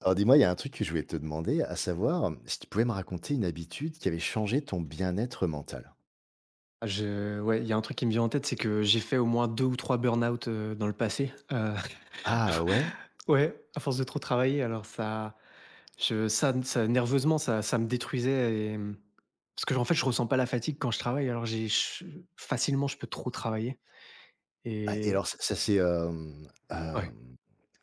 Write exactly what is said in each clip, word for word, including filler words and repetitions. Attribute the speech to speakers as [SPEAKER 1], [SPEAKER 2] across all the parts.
[SPEAKER 1] Alors dis-moi, il y a un truc que je voulais te demander, à savoir si tu pouvais me raconter une habitude qui avait changé ton bien-être mental?
[SPEAKER 2] Ah, je ouais, il y a un truc qui me vient en tête, c'est que j'ai fait au moins deux ou trois burn-out, heu, dans le passé, heu,
[SPEAKER 1] Ah ouais?
[SPEAKER 2] ouais, à force de trop travailler, alors ça je ça ça nerveusement, ça ça me détruisait et mmh, parce que, en fait, je ressens pas la fatigue quand je travaille, alors j'ai je facilement, je peux trop travailler
[SPEAKER 1] Ah et
[SPEAKER 2] et
[SPEAKER 1] alors ça ça s'est, hem,
[SPEAKER 2] ouais,
[SPEAKER 1] hem,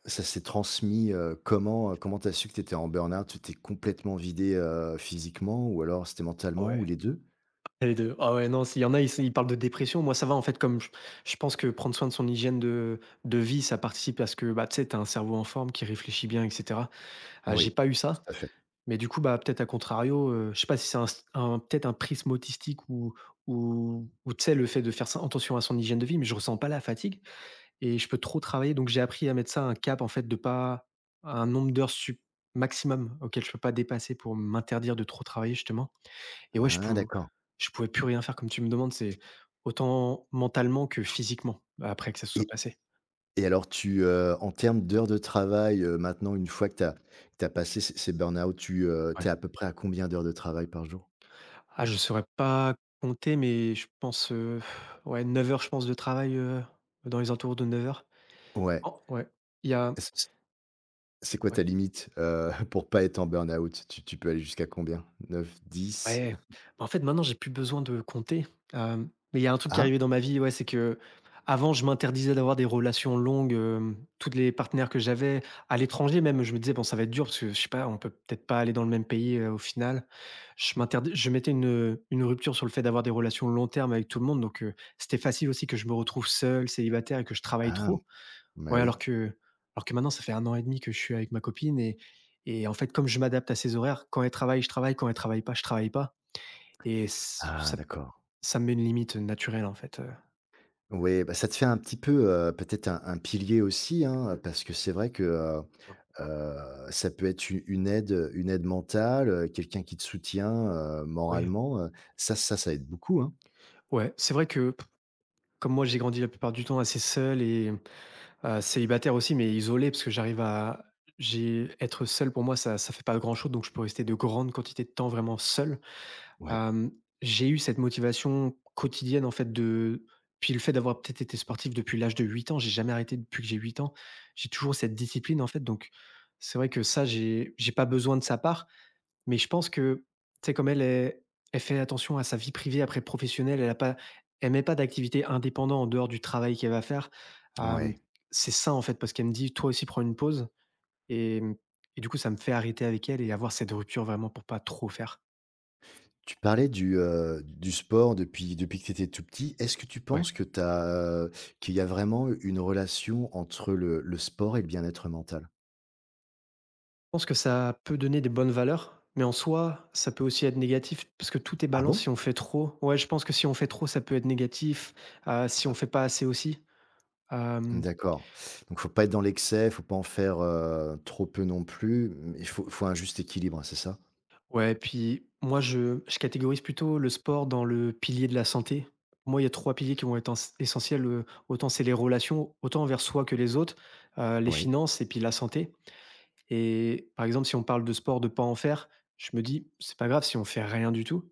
[SPEAKER 1] ça s'est transmis, heu, comment, heu, comment t'as su que t'étais en burn-out? Tu t'es complètement vidé heu, physiquement, ou alors c'était mentalement ou
[SPEAKER 2] ouais,
[SPEAKER 1] les deux?
[SPEAKER 2] les deux. Ah ouais, non, s'il y en a, ils ils parlent de dépression, moi ça va, en fait, comme je je pense que prendre soin de son hygiène de de vie, ça participe à ce que, bah, tu sais, t'as un cerveau en forme qui réfléchit bien et cetera. Ah, j'ai
[SPEAKER 1] Oui,
[SPEAKER 2] pas eu
[SPEAKER 1] tout
[SPEAKER 2] ça.
[SPEAKER 1] à fait.
[SPEAKER 2] Mais du coup, bah, peut-être à contrario, heu, je sais pas si c'est un s un peut-être un prisme autistique ou ou ou tu sais, le fait de faire sen attention à son hygiène de vie, mais je ressens pas la fatigue et je peux trop travailler donc j'ai appris à mettre ça un cap en fait de pas un nombre d'heures sup maximum auquel je peux pas dépasser pour m'interdire de trop travailler justement et ouais, je
[SPEAKER 1] Ah,
[SPEAKER 2] pou
[SPEAKER 1] d'accord.
[SPEAKER 2] je pouvais plus rien faire comme tu me demandes, c'est autant mentalement que physiquement après que ça se soit
[SPEAKER 1] et
[SPEAKER 2] passé.
[SPEAKER 1] et alors tu, heu, en termes d'heures de travail, heu, maintenant une fois que t'as as passé ces ces burn-out, tu, heu, tu
[SPEAKER 2] Ouais.
[SPEAKER 1] à peu près à combien d'heures de travail par jour?
[SPEAKER 2] Ah, je saurais pas compter, mais je pense, heu, ouais, neuf heures, je pense, de travail, heu, dans les entours de neuf heures.
[SPEAKER 1] Ouais.
[SPEAKER 2] Oh! Ouais, il y a ouais.
[SPEAKER 1] C'est quoi ta limite, heu, pour pas être en burn-out? Tu tu peux aller jusqu'à combien? Neuf, dix?
[SPEAKER 2] Ouais. Bah, en fait, maintenant, j'ai plus besoin de compter, hem, mais il y a un truc qui est
[SPEAKER 1] Ah?
[SPEAKER 2] arrivé dans ma vie, ouais, c'est que avant je m'interdisais d'avoir des relations longues, hem, toutes les partenaires que j'avais, à l'étranger même, je me disais: «Bon, ça va être dur parce que, je sais pas, on peut peut-être pas aller dans le même pays, heu, au final». Je m'interdis je mettais une, une rupture sur le fait d'avoir des relations long terme avec tout le monde donc heu, c'était facile aussi que je me retrouve seul, célibataire et que je travaille
[SPEAKER 1] Ah,
[SPEAKER 2] trop.
[SPEAKER 1] bah,
[SPEAKER 2] Ouais,
[SPEAKER 1] oui.
[SPEAKER 2] alors que alors que maintenant, ça fait un an et demi que je suis avec ma copine et et en fait, comme je m'adapte à ses horaires, quand elle travaille, je travaille, quand elle travaille pas, je travaille pas. Et ç
[SPEAKER 1] Ah,
[SPEAKER 2] ça
[SPEAKER 1] d'accord.
[SPEAKER 2] ça me met une limite, naturelle, en fait, heu.
[SPEAKER 1] Ouais, bah, ça te fait un petit peu, heu, peut-être un un pilier aussi, hein, parce que c'est vrai que, heu
[SPEAKER 2] Ah
[SPEAKER 1] heu, ça peut être u une aide, une aide mentale, heu, quelqu'un qui te soutient, heu,
[SPEAKER 2] oui.
[SPEAKER 1] moralement, heu, ça ça ça aide beaucoup, hein?
[SPEAKER 2] Ouais, c'est vrai que p- comme moi j'ai grandi la plupart du temps assez seul et heu, célibataire aussi, mais isolé parce que j'arrive à j'ai être seul pour moi ça ça fait pas grand chose donc je peux rester de grandes quantités de temps vraiment seul.
[SPEAKER 1] Ouais,
[SPEAKER 2] Hem, j'ai eu cette motivation quotidienne en fait de puis le fait d'avoir peut-être été sportif depuis l'âge de huit ans, j'ai jamais arrêté depuis que j'ai huit ans. J'ai toujours cette discipline en fait donc c'est vrai que ça j'ai j'ai pas besoin de sa part. Mais je pense que, tu sais, comme elle, elle elle fait attention à sa vie privée après professionnelle, elle a pas elle met pas d'activité indépendante en dehors du travail qu'elle va faire. Hem,
[SPEAKER 1] ouais.
[SPEAKER 2] c'est ça, en fait, parce qu'elle me dit: «Toi aussi, prends une pause» et mmh et du coup, ça me fait arrêter avec elle et avoir cette rupture vraiment pour pas trop faire.
[SPEAKER 1] Tu parlais du, heu, du sport depuis depuis que tu étais tout petit. Est-ce que tu
[SPEAKER 2] Ouais. Je
[SPEAKER 1] penses que t'as euh, qu'il y a vraiment une relation entre le le sport et le bien-être mental?
[SPEAKER 2] pense que ça peut donner des bonnes valeurs, mais en soi, ça peut aussi être négatif parce que tout est
[SPEAKER 1] Ah
[SPEAKER 2] balance
[SPEAKER 1] bon?
[SPEAKER 2] si on fait trop. Ouais, je pense que si on fait trop, ça peut être négatif, heu, si
[SPEAKER 1] Ah,
[SPEAKER 2] on fait pas assez aussi. Hem
[SPEAKER 1] d'accord. Donc faut pas être dans l'excès, faut pas en faire, heu, trop peu non plus, mais il faut faut un juste équilibre, c'est ça?
[SPEAKER 2] Ouais, puis moi, je je catégorise plutôt le sport dans le pilier de la santé. Pour moi, il y a trois piliers qui vont être ess essentiels, heu, autant c'est les relations, autant envers soi que les autres, heu, les
[SPEAKER 1] Oui.
[SPEAKER 2] finances et puis la santé et par exemple, si on parle de sport, de pas en faire, je me dis: «C'est pas grave si on fait rien du tout».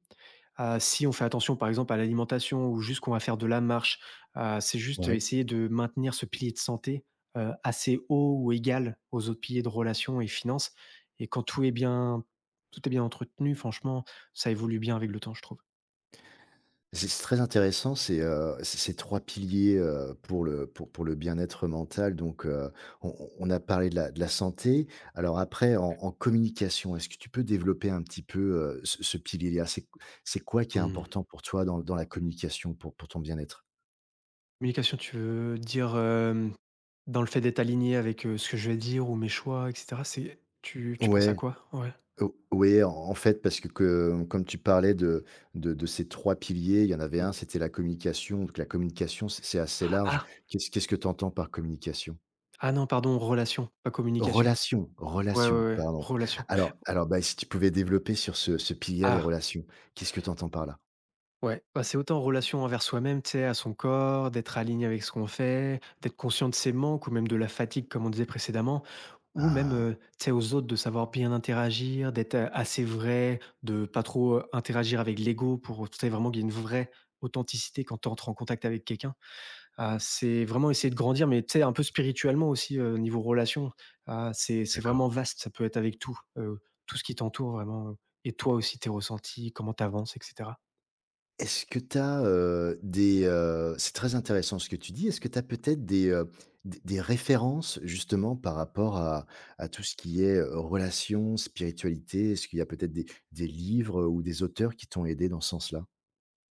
[SPEAKER 2] Heu, si on fait attention, par exemple, à l'alimentation ou juste qu'on va faire de la marche, heu, c'est juste
[SPEAKER 1] Oui.
[SPEAKER 2] essayer de maintenir ce pilier de santé, heu, assez haut ou égal aux autres piliers de relations et finances et quand tout est bien tout est bien entretenu, franchement, ça évolue bien avec le temps, je trouve.
[SPEAKER 1] C'est c'est très intéressant, c'est, heu, c'est ces trois piliers, heu, pour le pour pour le bien-être mental donc, heu, on on on a parlé de la de la santé. Alors après en en communication, est-ce que tu peux développer un petit peu, heu, ce ce pilier-là? C'est c'est quoi qui est
[SPEAKER 2] Mmh.
[SPEAKER 1] important pour toi dans dans la communication pour pour ton bien-être?
[SPEAKER 2] Communication, tu veux dire, hem, dans le fait d'être aligné avec, heu, ce que je vais dire ou mes choix et cetera, c'est tu tu penses à
[SPEAKER 1] Ouais,
[SPEAKER 2] quoi? Ouais.
[SPEAKER 1] o oui, en en fait, parce que que comme tu parlais de de de ces trois piliers, il y en avait un,
[SPEAKER 2] Mmh.
[SPEAKER 1] c'était la communication, donc la communication, c'est c'est assez large.
[SPEAKER 2] Ah!
[SPEAKER 1] Qu'est-ce qu'est-ce que tu entends par communication?
[SPEAKER 2] Ah non, pardon, relation, pas communication.
[SPEAKER 1] Relations,
[SPEAKER 2] Ouais, ouais,
[SPEAKER 1] relations,
[SPEAKER 2] ouais,
[SPEAKER 1] pardon.
[SPEAKER 2] relation.
[SPEAKER 1] Alors alors, bah, si tu pouvais développer sur ce ce pilier, les
[SPEAKER 2] Ah!
[SPEAKER 1] relations, qu'est-ce que tu entends par là?
[SPEAKER 2] Ouais, bah, c'est autant en relation envers soi-même, tu sais, à son corps, d'être aligné avec ce qu'on fait, d'être conscient de ses manques ou même de la fatigue, comme on disait précédemment, ou même,
[SPEAKER 1] Ah,
[SPEAKER 2] euh, tu sais, aux autres de savoir bien interagir, d'être euh, assez vrai, de pas trop euh, interagir avec l'ego pour, tu sais, vraiment qu'il y ait une vraie authenticité quand tu entres en contact avec quelqu'un. Ah, c'est vraiment essayer de grandir, mais tu sais, un peu spirituellement aussi, euh, niveau relation. Ah, c'est c'est
[SPEAKER 1] d'accord.
[SPEAKER 2] vraiment vaste, ça peut être avec tout, euh, tout ce qui t'entoure vraiment, euh, et toi aussi, tes ressentis, comment tu avances, et cetera.
[SPEAKER 1] Est-ce que tu as, des, heu C'est très intéressant ce que tu dis. Est-ce que tu as peut-être des, heu, des des références justement par rapport à à tout ce qui est, heu, relations, spiritualité? Est-ce qu'il y a peut-être des des livres ou des auteurs qui t'ont aidé dans ce sens-là?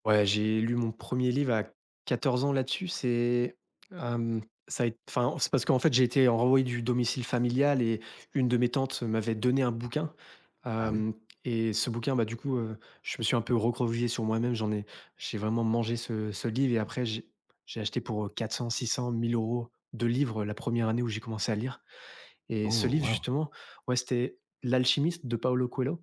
[SPEAKER 2] Ouais, j'ai lu mon premier livre à quatorze ans là-dessus, c'est, hem, ça a été. Enfin, c'est parce qu'en fait, j'ai été renvoyé du domicile familial et une de mes tantes m'avait donné un bouquin,
[SPEAKER 1] Ah oui?
[SPEAKER 2] hem et ce bouquin, bah, du coup, heu, je me suis un peu recroquevillé sur moi-même, j'en ai j'ai vraiment mangé ce ce livre et après j'ai j'ai acheté pour, heu, quatre cents six cents mille euros de livres la première année où j'ai commencé à lire et ce
[SPEAKER 1] Oh,
[SPEAKER 2] livre
[SPEAKER 1] waouh!
[SPEAKER 2] justement, ouais, c'était «L'Alchimiste» de Paulo Coelho.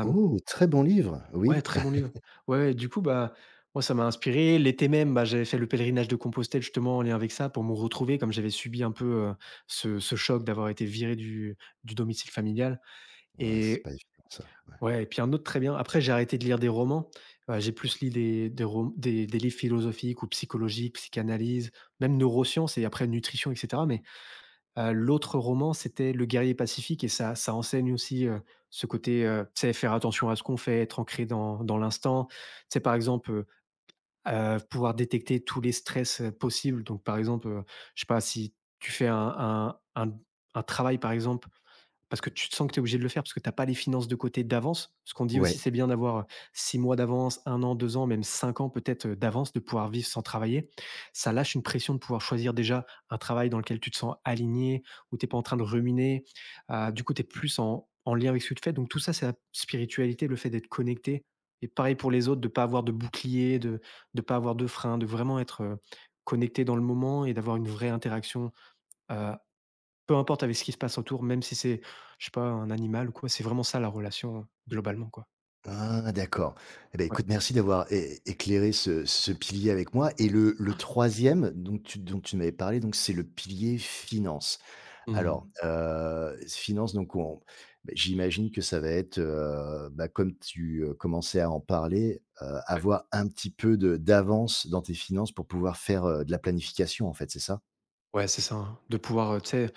[SPEAKER 1] Oh, très bon livre! Oui.
[SPEAKER 2] Ouais, très bon livre. Ouais, ouais, du coup, bah, moi, ça m'a inspiré. L'été même, bah, j'avais fait le pèlerinage de Compostelle justement en lien avec ça pour me retrouver, comme j'avais subi un peu euh, ce, ce choc d'avoir été viré du, du domicile familial.
[SPEAKER 1] Ouais, c'est
[SPEAKER 2] Et
[SPEAKER 1] pas évident ça, ouais.
[SPEAKER 2] ouais, et puis un autre très bien. Après, j'ai arrêté de lire des romans. Euh, j'ai plus lu des, des, rom- des, des livres philosophiques ou psychologiques, psychanalyse, même neurosciences et après nutrition, et cetera. Mais Heu, l'autre roman, c'était Le guerrier pacifique et ça ça enseigne aussi, heu, ce côté, heu, tu sais, faire attention à ce qu'on fait, être ancré dans dans l'instant. Tu sais, par exemple, heu heu, pouvoir détecter tous les stress, heu, possibles. Donc par exemple, heu, je sais pas, si tu fais un un un un travail, par exemple, parce que tu te sens que tu es obligé de le faire, parce que tu as pas les finances de côté d'avance. Ce qu'on dit aussi,
[SPEAKER 1] Ouais.
[SPEAKER 2] c'est bien d'avoir, heu, six mois d'avance, un an, deux ans, même cinq ans peut-être, heu, d'avance, de pouvoir vivre sans travailler. Ça lâche une pression de pouvoir choisir déjà un travail dans lequel tu te sens aligné, où tu es pas en train de ruminer. Heu, du coup, tu es plus en en lien avec ce que tu fais. Donc tout ça, c'est la spiritualité, le fait d'être connecté et pareil pour les autres, de ne pas avoir de bouclier, de ne pas avoir de frein, de vraiment être, heu, connecté dans le moment et d'avoir une vraie interaction, heu peu importe avec ce qui se passe autour, même si c'est, je sais pas, un animal ou quoi, c'est vraiment ça la relation, heu, globalement, quoi.
[SPEAKER 1] Ah, d'accord. Eh beh,
[SPEAKER 2] Ouais.
[SPEAKER 1] écoute, merci d'avoir é éclairé ce ce pilier avec moi et le le troisième dont tu dont tu m'avais parlé, donc c'est le pilier finances. Alors,
[SPEAKER 2] Mmh.
[SPEAKER 1] heu, finances, donc on beh, j'imagine que ça va être, heu, bah, comme tu, heu, commençais à en parler, heu,
[SPEAKER 2] Ouais.
[SPEAKER 1] avoir un petit peu de d'avance dans tes finances pour pouvoir faire, heu, de la planification, en fait, c'est ça?
[SPEAKER 2] Ouais, c'est ça, hein. De pouvoir, heu, tu sais,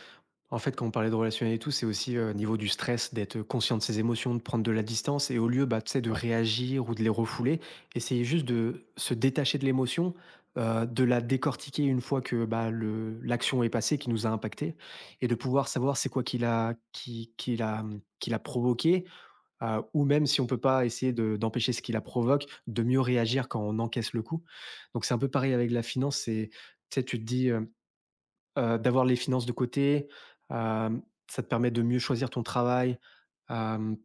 [SPEAKER 2] en fait, quand on parlait de relationnel et tout, c'est aussi, heu, niveau du stress, d'être conscient de ses émotions, de prendre de la distance et au lieu, bah, tu sais, de
[SPEAKER 1] Ouais.
[SPEAKER 2] réagir ou de les refouler, essayer juste de se détacher de l'émotion, heu, de la décortiquer une fois que, bah, le l'action est passée, qui nous a impactés et de pouvoir savoir c'est quoi qui l'a qui qui l'a, mmh, qui l'a provoqué. Heu, ou même si on peut pas essayer de d'empêcher ce qui la provoque, de mieux réagir quand on encaisse le coup. Donc c'est un peu pareil avec la finance, c'est tu sais, tu te dis, hem, heu, d'avoir les finances de côté, hem, ça te permet de mieux choisir ton travail, hem,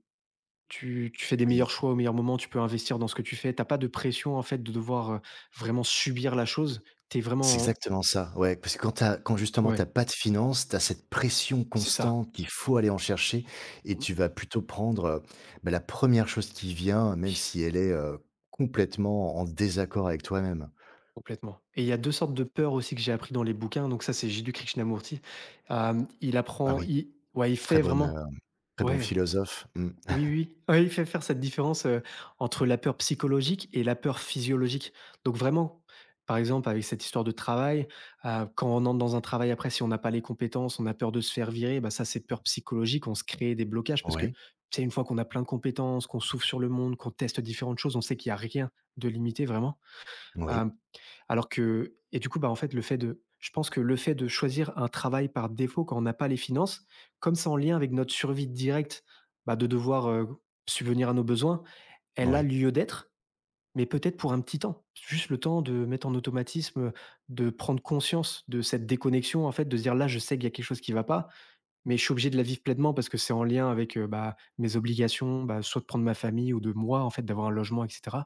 [SPEAKER 2] tu tu fais des meilleurs
[SPEAKER 1] Oui.
[SPEAKER 2] choix au meilleur moment, tu peux investir dans ce que tu fais. T'as pas de pression, en fait, de devoir, heu, vraiment subir la chose. Tu es
[SPEAKER 1] C'est
[SPEAKER 2] vraiment
[SPEAKER 1] exactement ça, ouais, parce que quand tu as quand justement tu
[SPEAKER 2] Ouais,
[SPEAKER 1] as pas de finances, tu as cette pression
[SPEAKER 2] c'est ça.
[SPEAKER 1] constante qu'il faut aller en chercher, et
[SPEAKER 2] Mmh,
[SPEAKER 1] tu vas plutôt prendre, heu, bah, la première chose qui vient,
[SPEAKER 2] oui.
[SPEAKER 1] même si elle est, heu, complètement en désaccord avec toi-même.
[SPEAKER 2] Complètement. Et il y a deux sortes de peurs aussi que j'ai appris dans les bouquins, donc ça c'est Jiddu Krishnamurti. Hem, il
[SPEAKER 1] Ah
[SPEAKER 2] apprend
[SPEAKER 1] oui,
[SPEAKER 2] il ouais, il
[SPEAKER 1] très
[SPEAKER 2] fait
[SPEAKER 1] bonne,
[SPEAKER 2] vraiment
[SPEAKER 1] heu, très bon
[SPEAKER 2] ouais,
[SPEAKER 1] philosophe. Mmh.
[SPEAKER 2] oui, oui, oui, Ouais, il fait faire cette différence, heu, entre la peur psychologique et la peur physiologique. Donc vraiment, par exemple avec cette histoire de travail, heu, quand on entre dans un travail après si on n'a pas les compétences, on a peur de se faire virer, bah, ça c'est peur psychologique, on se crée des blocages parce que,
[SPEAKER 1] Ouais,
[SPEAKER 2] c'est une fois qu'on a plein de compétences, qu'on s'ouvre sur le monde, qu'on teste différentes choses, on sait qu'il y a rien de limité vraiment.
[SPEAKER 1] oui,
[SPEAKER 2] Hem, alors que et du coup, bah, en fait, le fait de je pense que le fait de choisir un travail par défaut quand on n'a pas les finances, comme c'est en lien avec notre survie directe, bah, de devoir, heu, subvenir à nos besoins, elle a
[SPEAKER 1] oui.
[SPEAKER 2] lieu d'être, mais peut-être pour un petit temps. Juste le temps de mettre en automatisme, de prendre conscience de cette déconnexion, en fait, de se dire: «Là, je sais qu'il y a quelque chose qui ne va pas, mais je suis obligé de la vivre pleinement parce que c'est en lien avec, heu, bah, mes obligations, bah, soit de prendre ma famille ou de moi, en fait, d'avoir un logement etc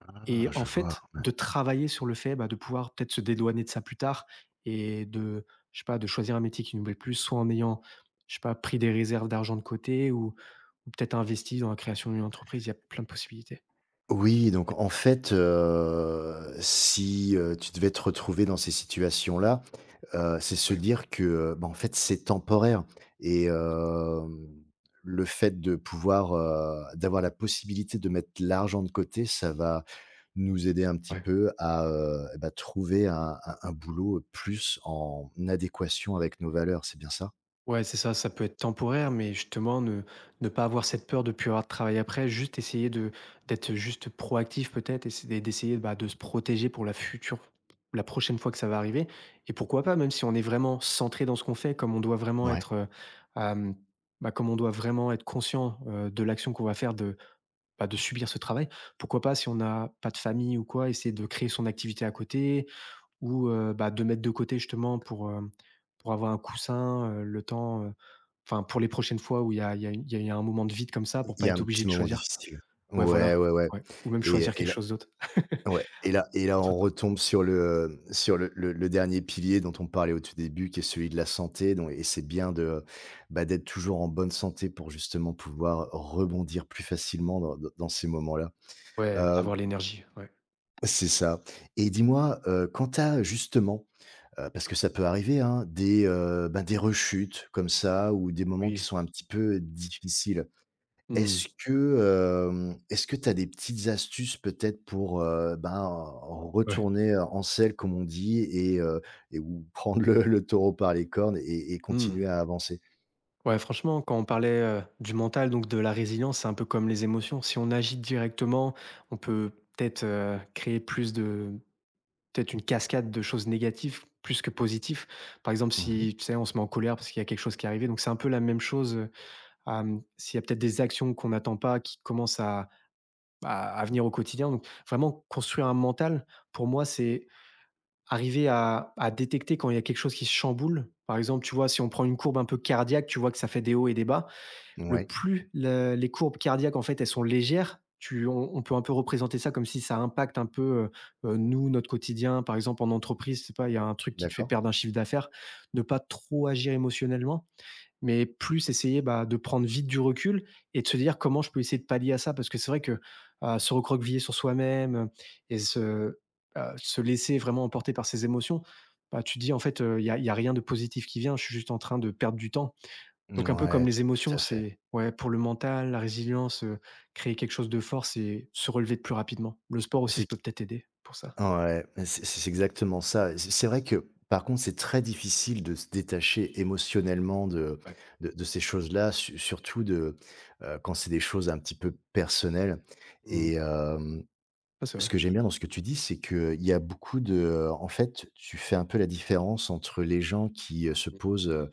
[SPEAKER 1] Ah,
[SPEAKER 2] et en
[SPEAKER 1] je vois.
[SPEAKER 2] fait, de travailler sur le fait, bah, de pouvoir peut-être se dédouaner de ça plus tard et de, je sais pas, de choisir un métier qui nous plaît plus, soit en ayant, je sais pas, pris des réserves d'argent de côté ou ou peut-être investi dans la création d'une entreprise. Il y a plein de possibilités.
[SPEAKER 1] Oui, donc en fait, heu, si, heu, tu devais te retrouver dans ces situations-là, Heu, c'est se
[SPEAKER 2] Ouais,
[SPEAKER 1] dire que, heu, bah, en fait, c'est temporaire, et hem, le fait de pouvoir, heu, d'avoir la possibilité de mettre l'argent de côté, ça va nous aider un petit
[SPEAKER 2] ouais.
[SPEAKER 1] peu à, heu, et bah, trouver un un un boulot plus en adéquation avec nos valeurs, c'est bien ça?
[SPEAKER 2] Ouais, c'est ça, ça peut être temporaire, mais justement, ne, ne pas avoir cette peur de plus avoir de travail après, juste essayer de d'être juste proactif peut-être, essayer d'essayer bah, de se protéger pour la future, la prochaine fois que ça va arriver. Et pourquoi pas, même si on est vraiment centré dans ce qu'on fait, comme on doit vraiment
[SPEAKER 1] Ouais,
[SPEAKER 2] être, euh, euh, bah, comme on doit vraiment être conscient euh, de l'action qu'on va faire, de, bah, de subir ce travail, pourquoi pas, si on n'a pas de famille ou quoi, essayer de créer son activité à côté, ou, heu, bah, de mettre de côté justement pour, hem, pour avoir un coussin, heu, le temps, heu, enfin pour les prochaines fois où il y a il y a il y a un moment de vide comme ça
[SPEAKER 1] il
[SPEAKER 2] pour
[SPEAKER 1] y
[SPEAKER 2] pas
[SPEAKER 1] a
[SPEAKER 2] être
[SPEAKER 1] un
[SPEAKER 2] obligé
[SPEAKER 1] petit
[SPEAKER 2] de
[SPEAKER 1] moment
[SPEAKER 2] choisir.
[SPEAKER 1] difficile.
[SPEAKER 2] Ouais,
[SPEAKER 1] Ouais,
[SPEAKER 2] voilà,
[SPEAKER 1] ouais, ouais,
[SPEAKER 2] ouais, ou même
[SPEAKER 1] et
[SPEAKER 2] choisir quelque
[SPEAKER 1] et
[SPEAKER 2] chose d'autre
[SPEAKER 1] ouais, et là et là, on
[SPEAKER 2] entre-temps.
[SPEAKER 1] retombe sur le, sur le le le dernier pilier dont on parlait au tout début, qui est celui de la santé, donc et c'est bien de, bah, d'être toujours en bonne santé pour justement pouvoir rebondir plus facilement dans dans dans ces moments-là.
[SPEAKER 2] Ouais,
[SPEAKER 1] Hem,
[SPEAKER 2] avoir l'énergie, ouais.
[SPEAKER 1] c'est ça. Et dis-moi, heu, quand tu as justement, heu, parce que ça peut arriver, hein, des, heu, bah, des rechutes comme ça, ou des moments qui
[SPEAKER 2] Oui.
[SPEAKER 1] sont un petit peu difficiles.
[SPEAKER 2] Mmh.
[SPEAKER 1] Est-ce que, hem, est-ce que tu as des petites astuces peut-être pour, heu, ben,
[SPEAKER 2] Ouais.
[SPEAKER 1] retourner en selle comme on dit, et heu et ou prendre le le taureau par les cornes et et
[SPEAKER 2] Mmh.
[SPEAKER 1] continuer à avancer?
[SPEAKER 2] Ouais, franchement, quand on parlait, heu, du mental, donc de la résilience, c'est un peu comme les émotions. Si on agit directement, on peut peut-être, heu, créer plus de peut-être une cascade de choses négatives plus que positives. Par exemple,
[SPEAKER 1] Mmh.
[SPEAKER 2] si, tu sais, on se met en colère parce qu'il y a quelque chose qui est arrivé, donc c'est un peu la même chose, heu, hem, s'il y a peut-être des actions qu'on n'attend pas qui commencent à à à venir au quotidien, donc vraiment construire un mental, pour moi, c'est arriver à à détecter quand il y a quelque chose qui se chamboule. Par exemple, tu vois, si on prend une courbe un peu cardiaque, tu vois que ça fait des hauts et des bas le
[SPEAKER 1] Ouais,
[SPEAKER 2] plus la- les courbes cardiaques en fait elles sont légères, tu on, on peut un peu représenter ça comme si ça impacte un peu, heu heu, nous, notre quotidien. Par exemple, en entreprise, c'est pas, il y a un truc qui te fait
[SPEAKER 1] d'accord.
[SPEAKER 2] perdre un chiffre d'affaires, ne pas trop agir émotionnellement, mais plus essayer, bah, de prendre vite du recul et de se dire: «Comment je peux essayer de pallier à ça?» parce que c'est vrai que, heu, se recroqueviller sur soi-même, heu et se, heu, se laisser vraiment emporter par ses émotions, bah, tu te dis: «En fait, euh, il y a il y a rien de positif qui vient, je suis juste en train de perdre du temps». Donc un peu
[SPEAKER 1] Ouais,
[SPEAKER 2] comme
[SPEAKER 1] tout
[SPEAKER 2] les
[SPEAKER 1] tout
[SPEAKER 2] émotions,
[SPEAKER 1] à fait.
[SPEAKER 2] c'est ouais, pour le mental, la résilience, heu, créer quelque chose de fort, c'est se relever de plus rapidement. Le sport aussi,
[SPEAKER 1] C'est
[SPEAKER 2] ça peut
[SPEAKER 1] qui
[SPEAKER 2] peut-être aider pour ça.
[SPEAKER 1] Ouais, mais c'est c'est exactement ça. C'est c'est vrai que, par contre, c'est très difficile de se détacher émotionnellement de
[SPEAKER 2] Ouais.
[SPEAKER 1] de de ces choses-là, su surtout de, heu, quand c'est des choses un petit peu personnelles.
[SPEAKER 2] Mmh.
[SPEAKER 1] Et
[SPEAKER 2] Ça, c'est
[SPEAKER 1] Ce
[SPEAKER 2] vrai.
[SPEAKER 1] que j'aime bien dans ce que tu dis, c'est qu'il y a beaucoup de, euh, en fait, tu fais un peu la différence entre les gens qui, heu, se
[SPEAKER 2] Mmh.
[SPEAKER 1] posent, heu,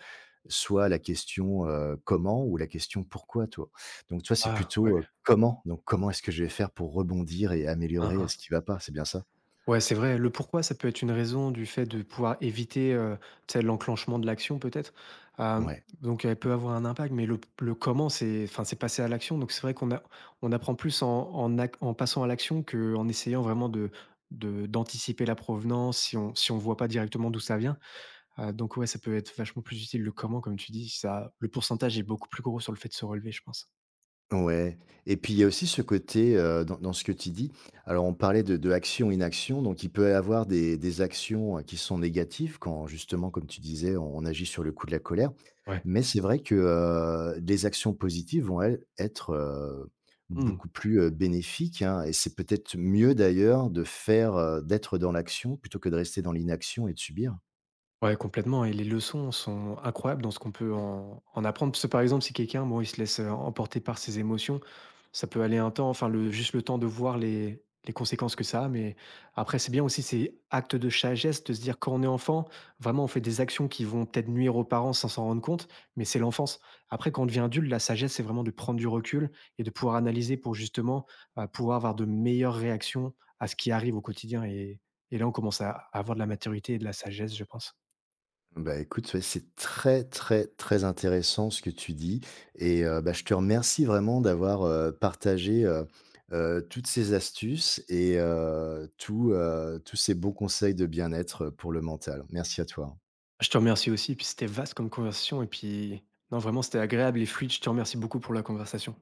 [SPEAKER 1] soit la question, heu, «Comment?», ou la question «Pourquoi?». Toi, donc toi, c'est
[SPEAKER 2] Ah ouais,
[SPEAKER 1] plutôt, heu, «Comment?». Donc comment est-ce que je vais faire pour rebondir et
[SPEAKER 2] hein,
[SPEAKER 1] améliorer, heu,
[SPEAKER 2] hein.
[SPEAKER 1] ce qui va pas, c'est bien ça?
[SPEAKER 2] Ouais, c'est vrai, le pourquoi, ça peut être une raison du fait de pouvoir éviter, heu, tu sais, l'enclenchement de l'action peut-être. Hem,
[SPEAKER 1] Ouais.
[SPEAKER 2] donc elle peut avoir un impact, mais le le comment, c'est enfin, c'est passer à l'action. Donc c'est vrai qu'on a on apprend plus en en ac en passant à l'action qu'en essayant vraiment de de d'anticiper la provenance si on si on voit pas directement d'où ça vient. Heu, donc ouais, ça peut être vachement plus utile. Le comment, comme tu dis, ça le pourcentage est beaucoup plus gros sur le fait de se relever, je pense.
[SPEAKER 1] Ouais, et puis il y a aussi ce côté, heu, dans dans ce que tu dis, alors on parlait de de action-inaction, donc il peut y avoir des des actions, heu, qui sont négatives quand justement, comme tu disais, on on agit sur le coup de la colère.
[SPEAKER 2] Ouais,
[SPEAKER 1] Mais c'est vrai que, heu, les actions positives, vont elles être, heu,
[SPEAKER 2] mmh.
[SPEAKER 1] beaucoup plus, heu, bénéfiques, hein, et c'est peut-être mieux d'ailleurs de faire, heu, d'être dans l'action plutôt que de rester dans l'inaction et de subir.
[SPEAKER 2] Ouais, complètement et les leçons sont incroyables dans ce qu'on peut en en apprendre. Parce que, par exemple, si quelqu'un, bon, il se laisse, heu, emporter par ses émotions, ça peut aller un temps, enfin le juste le temps de voir les les conséquences que ça a, mais après c'est bien aussi, ces actes de sagesse de se dire quand on est enfant, vraiment on fait des actions qui vont peut-être nuire aux parents sans s'en rendre compte, mais c'est l'enfance. Après quand on devient adulte, la sagesse, c'est vraiment de prendre du recul et de pouvoir analyser pour justement, bah, pouvoir avoir de meilleures réactions à ce qui arrive au quotidien et et là on commence à à avoir de la maturité et de la sagesse, je pense.
[SPEAKER 1] Bah, écoute, ouais, c'est très, très, très intéressant ce que tu dis, et heu, bah, je te remercie vraiment d'avoir, heu, partagé, heu heu, toutes ces astuces, et heu, tout, heu, tous ces bons conseils de bien-être pour le mental. Merci à toi.
[SPEAKER 2] Je te remercie aussi, puis c'était vaste comme conversation et puis non, vraiment, c'était agréable et fluide. Je te remercie beaucoup pour la conversation.